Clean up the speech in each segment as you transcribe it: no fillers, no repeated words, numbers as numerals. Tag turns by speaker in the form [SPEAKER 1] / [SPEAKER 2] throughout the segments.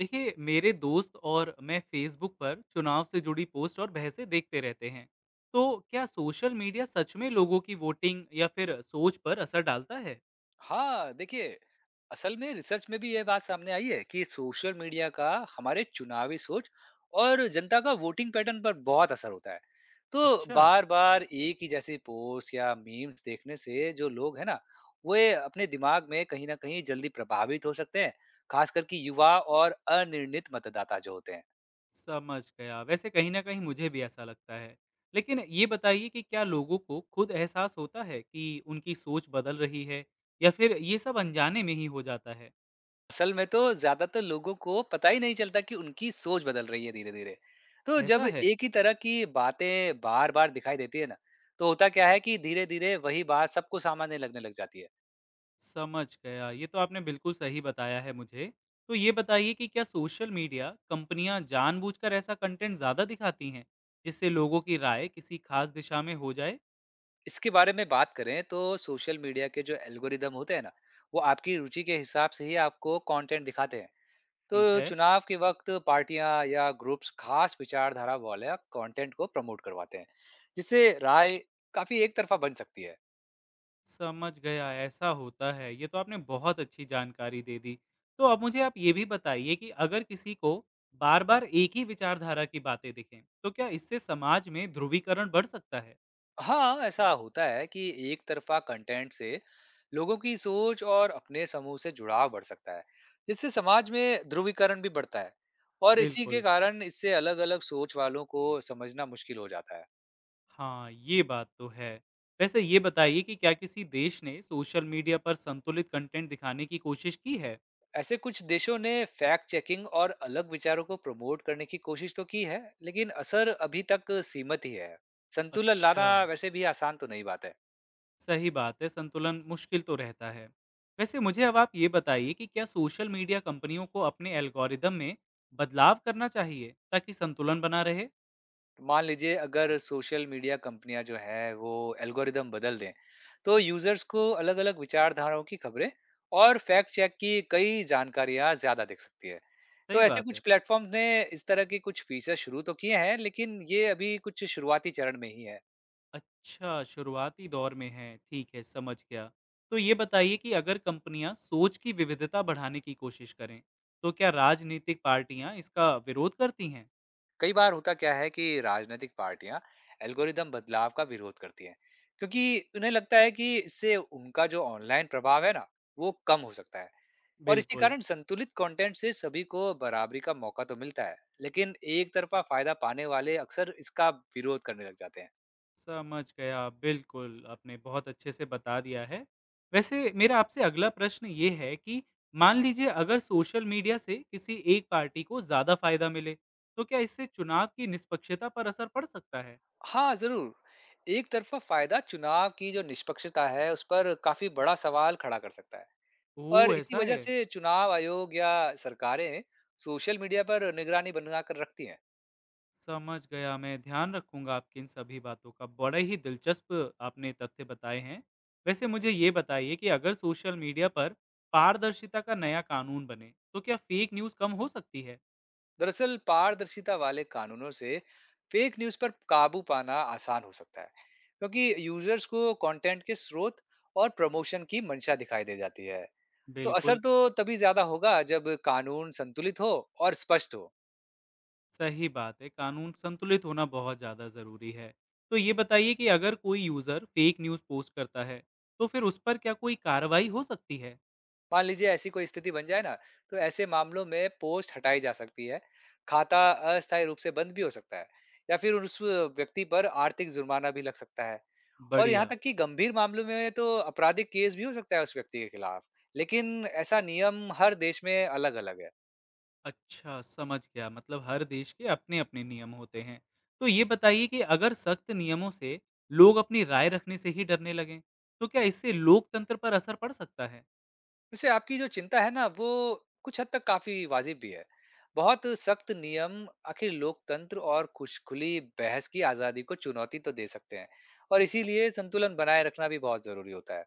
[SPEAKER 1] देखिए मेरे दोस्त और मैं फेसबुक पर चुनाव से जुड़ी पोस्ट और बहसें देखते रहते हैं। तो क्या सोशल मीडिया सच में लोगों की वोटिंग या फिर सोच पर असर डालता है?
[SPEAKER 2] हाँ, देखिए, असल में रिसर्च में भी ये बात सामने आई है कि सोशल मीडिया का हमारे चुनावी सोच और जनता का वोटिंग पैटर्न पर बहुत असर होता है। तो
[SPEAKER 1] अच्छा।
[SPEAKER 2] बार-बार एक ही जैसी पोस्ट या मीम्स देखने से जो लोग हैं ना, वे अपने दिमाग में कहीं न कहीं जल्दी प्रभावित हो सकते हैं, खासकर कि युवा और अनिर्णित मतदाता जो होते हैं।
[SPEAKER 1] समझ गया, वैसे कहीं ना कहीं मुझे भी ऐसा लगता है। लेकिन ये बताइए कि क्या लोगों को खुद एहसास होता है कि उनकी सोच बदल रही है, या फिर ये सब अनजाने में ही हो जाता है?
[SPEAKER 2] असल में तो ज्यादातर लोगों को पता ही नहीं चलता कि उनकी सोच बदल रही है धीरे धीरे। तो
[SPEAKER 1] ऐसा
[SPEAKER 2] जब
[SPEAKER 1] है।
[SPEAKER 2] एक ही तरह की बातें बार बार दिखाई देती है ना, तो होता क्या है कि धीरे धीरे वही बात सबको सामान्य लगने लग जाती है।
[SPEAKER 1] समझ गया। ये तो आपने बिल्कुल सही बताया है मुझे। तो ये बताइए कि क्या सोशल मीडिया कंपनियाँ जानबूझकर ऐसा कंटेंट ज़्यादा दिखाती हैं, जिससे लोगों की राय किसी ख़ास दिशा में हो जाए?
[SPEAKER 2] इसके बारे में बात करें तो सोशल मीडिया के जो एल्गोरिदम होते हैं ना, वो आपकी रुचि के हिसाब से ही आपको कंटेंट दिखाते हैं। तो
[SPEAKER 1] ठीक है।
[SPEAKER 2] चुनाव के वक्त पार्टियां या ग्रुप्स खास विचारधारा वाले कंटेंट को प्रमोट करवाते हैं, जिससे राय काफी एक तरफा बन सकती है।
[SPEAKER 1] समझ गया, ऐसा होता है। ये तो आपने बहुत अच्छी जानकारी दे दी। तो अब मुझे आप ये भी बताइए कि अगर किसी को बार-बार एक ही विचारधारा की बातें दिखें, तो क्या इससे समाज में ध्रुवीकरण बढ़ सकता है?
[SPEAKER 2] हाँ, ऐसा होता है कि एक तरफ़ा कंटेंट से लोगों की सोच और अपने समूह से जुड़ाव बढ़ सकता है। इससे समाज में ध्रुवीकरण भी बढ़ता है और इसी के
[SPEAKER 1] बिल्कुल।
[SPEAKER 2] कारण इससे अलग-अलग सोच वालों को समझना मुश्किल हो जाता है।
[SPEAKER 1] हाँ, ये बात तो है। वैसे ये बताइए कि क्या किसी देश ने सोशल मीडिया पर संतुलित कंटेंट दिखाने की कोशिश की है?
[SPEAKER 2] ऐसे कुछ देशों ने फैक्ट चेकिंग और अलग विचारों को प्रमोट करने की कोशिश तो की है, लेकिन असर अभी तक सीमित ही है। संतुलन
[SPEAKER 1] अच्छा।
[SPEAKER 2] लाना वैसे भी आसान तो नहीं बात है।
[SPEAKER 1] सही बात है, संतुलन मुश्किल तो रहता है। वैसे मुझे अब आप ये बताइए कि क्या सोशल मीडिया कंपनियों को अपने एल्गोरिदम में बदलाव करना चाहिए ताकि संतुलन बना रहे?
[SPEAKER 2] मान लीजिए अगर सोशल मीडिया कंपनियां जो है वो एल्गोरिदम बदल दें, तो यूजर्स को अलग अलग विचारधाराओं की खबरें और फैक्ट चेक की कई जानकारियां ज्यादा दिख सकती है।
[SPEAKER 1] सही
[SPEAKER 2] तो ऐसे
[SPEAKER 1] बात
[SPEAKER 2] कुछ
[SPEAKER 1] है।
[SPEAKER 2] प्लेटफॉर्म ने इस तरह के कुछ फीचर शुरू तो किए हैं, लेकिन ये अभी कुछ शुरुआती चरण में ही है।
[SPEAKER 1] अच्छा, शुरुआती दौर में हैं, ठीक है, समझ गया। तो ये बताइए कि अगर कंपनियाँ सोच की विविधता बढ़ाने की कोशिश करें, तो क्या राजनीतिक पार्टियाँ इसका विरोध करती हैं?
[SPEAKER 2] कई बार होता क्या है कि राजनीतिक पार्टियां एल्गोरिदम बदलाव का विरोध करती हैं, क्योंकि उन्हें लगता है कि इससे उनका जो ऑनलाइन प्रभाव है ना, वो कम हो सकता है। और इसी
[SPEAKER 1] बिल्कुल।
[SPEAKER 2] कारण संतुलित कंटेंट से सभी को बराबरी का मौका तो मिलता है, लेकिन एक तरफा फायदा पाने वाले अक्सर इसका विरोध करने लग जाते हैं।
[SPEAKER 1] समझ गया, बिल्कुल, आपने बहुत अच्छे से बता दिया है। वैसे मेरा आपसे अगला प्रश्न ये है कि मान लीजिए अगर सोशल मीडिया से किसी एक पार्टी को ज़्यादा फायदा मिले, तो क्या इससे चुनाव की निष्पक्षता पर असर पड़ सकता है?
[SPEAKER 2] हाँ जरूर, एक तरफा फायदा चुनाव की जो निष्पक्षता है उस पर काफी बड़ा सवाल खड़ा कर सकता है। और
[SPEAKER 1] ओह,
[SPEAKER 2] इसी
[SPEAKER 1] ऐसा
[SPEAKER 2] वजह
[SPEAKER 1] है।
[SPEAKER 2] से चुनाव आयोग या सरकारें सोशल मीडिया पर निगरानी बना कर रखती हैं।
[SPEAKER 1] समझ गया, मैं ध्यान रखूँगा आपकी इन सभी बातों का। बड़े ही दिलचस्प आपने तथ्य बताए हैं। वैसे मुझे ये बताइए कि अगर सोशल मीडिया पर पारदर्शिता का नया कानून बने, तो क्या फेक न्यूज़ कम हो सकती है?
[SPEAKER 2] दरअसल पारदर्शिता वाले कानूनों से फेक न्यूज पर काबू पाना आसान हो सकता है, क्योंकि यूजर्स को कंटेंट के स्रोत और प्रमोशन की मंशा दिखाई दे जाती है। तो असर
[SPEAKER 1] बिल्कुल,
[SPEAKER 2] तो तभी ज्यादा होगा जब कानून संतुलित हो और स्पष्ट हो।
[SPEAKER 1] सही बात है, कानून संतुलित होना बहुत ज़्यादा ज़रूरी है। तो ये बताइए कि अगर कोई यूज़र फेक न्यूज़ पोस्ट करता है, तो फिर उस पर क्या कोई कार्रवाई हो सकती है?
[SPEAKER 2] मान लीजिए ऐसी कोई स्थिति बन जाए ना, तो ऐसे मामलों में पोस्ट हटाई जा सकती है, खाता अस्थायी रूप से बंद भी हो सकता है, या फिर उस व्यक्ति पर आर्थिक जुर्माना भी लग सकता है। और यहाँ
[SPEAKER 1] बढ़िया।
[SPEAKER 2] तक कि गंभीर मामलों में तो आपराधिक केस भी हो सकता है उस व्यक्ति के खिलाफ। लेकिन ऐसा नियम हर देश में अलग-अलग है।
[SPEAKER 1] अच्छा, समझ गया। मतलब हर देश के अपने-अपने नियम होते हैं। तो ये बताइए कि अगर सख्त नियमों से लोग अपनी राय रखने से ही डरने लगें, तो क्या इससे लोकतंत्र पर असर पड़ सकता है?
[SPEAKER 2] वैसे आपकी जो चिंता है ना, वो कुछ हद तक काफ़ी वाजिब भी है। बहुत सख्त नियम आखिर लोकतंत्र और खुश खुली बहस की आज़ादी को चुनौती तो दे सकते हैं, और इसीलिए संतुलन बनाए रखना भी बहुत ज़रूरी होता है।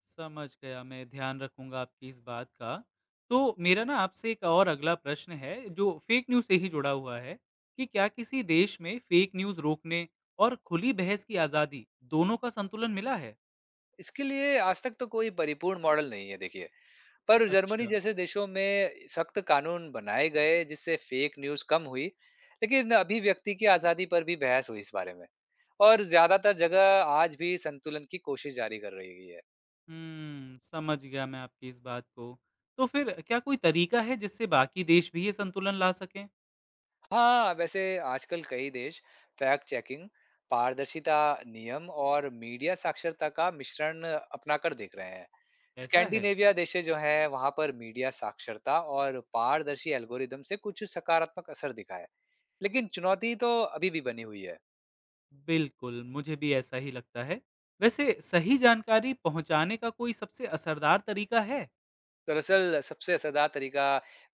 [SPEAKER 1] समझ गया, मैं ध्यान रखूंगा आपकी इस बात का। तो मेरा ना आपसे एक और अगला प्रश्न है, जो फेक न्यूज़ से ही जुड़ा हुआ है, कि क्या किसी देश में फेक न्यूज़ रोकने और खुली बहस की आज़ादी, दोनों का संतुलन मिला है?
[SPEAKER 2] इसके लिए आज तक तो कोई परिपूर्ण मॉडल नहीं है देखिए। पर जर्मनी
[SPEAKER 1] अच्छा।
[SPEAKER 2] जैसे देशों में सख्त कानून बनाए गए जिससे फेक न्यूज कम हुई। लेकिन अभिव्यक्ति की आजादी पर भी बहस हुई इस बारे में, और ज्यादातर जगह आज भी संतुलन की कोशिश जारी कर रही है।
[SPEAKER 1] हुँ, समझ गया मैं आपकी इस बात को। तो फिर क्या कोई तरीका है जिससे बाकी देश भी ये संतुलन ला सकें?
[SPEAKER 2] हाँ वैसे, आजकल कई देश फैक्ट चेकिंग, पारदर्शिता, नियम और मीडिया साक्षरता का मिश्रण अपनाकर देख रहे हैं।
[SPEAKER 1] ऐसा है?
[SPEAKER 2] स्कैंडिनेविया देशे जो है वहां पर मीडिया साक्षरता और पारदर्शी एल्गोरिदम से कुछ सकारात्मक असर दिखा है, लेकिन चुनौती तो अभी भी बनी हुई है।
[SPEAKER 1] बिल्कुल, मुझे भी ऐसा ही लगता है। वैसे सही जानकारी पहुँचाने का कोई सबसे असरदार तरीका है?
[SPEAKER 2] दरअसल सबसे असरदार तरीका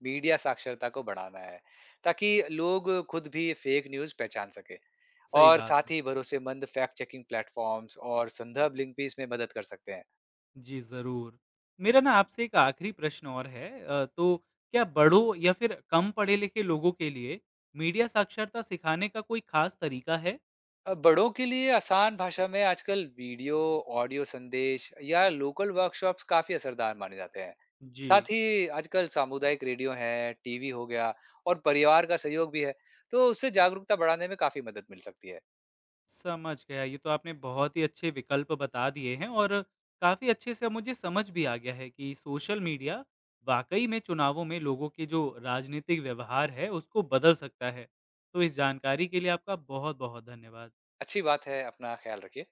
[SPEAKER 2] मीडिया साक्षरता को बढ़ाना है, ताकि लोग खुद भी फेक न्यूज़ पहचान सके।
[SPEAKER 1] सही
[SPEAKER 2] और
[SPEAKER 1] बात है।
[SPEAKER 2] साथ ही भरोसेमंद फैक्ट चेकिंग प्लेटफॉर्म्स और संदर्भ लिंक भी इसमें मदद कर सकते हैं।
[SPEAKER 1] जी, ज़रूर। मेरा ना आपसे एक आखिरी प्रश्न और है तो क्या बड़ों या फिर कम पढ़े-लिखे लोगों के लिए मीडिया साक्षरता सिखाने का कोई खास तरीका है?
[SPEAKER 2] अब बड़ों के लिए आसान भाषा में आजकल वीडियो, ऑडियो संदेश या लोकल वर्कशॉप्स काफी असरदार माने जाते हैं।
[SPEAKER 1] जी।
[SPEAKER 2] साथ ही आजकल सामुदायिक रेडियो है, टीवी हो गया, और परिवार का सहयोग भी है, तो उससे जागरूकता बढ़ाने में काफी मदद मिल सकती है।
[SPEAKER 1] समझ गया। ये तो आपने बहुत ही अच्छे विकल्प बता दिए हैं, और काफ़ी अच्छे से अब मुझे समझ भी आ गया है कि सोशल मीडिया वाक़ई में चुनावों में लोगों के जो राजनीतिक व्यवहार है उसको बदल सकता है। तो इस जानकारी के लिए आपका बहुत-बहुत धन्यवाद।
[SPEAKER 2] अच्छी बात है, अपना ख्याल रखिए।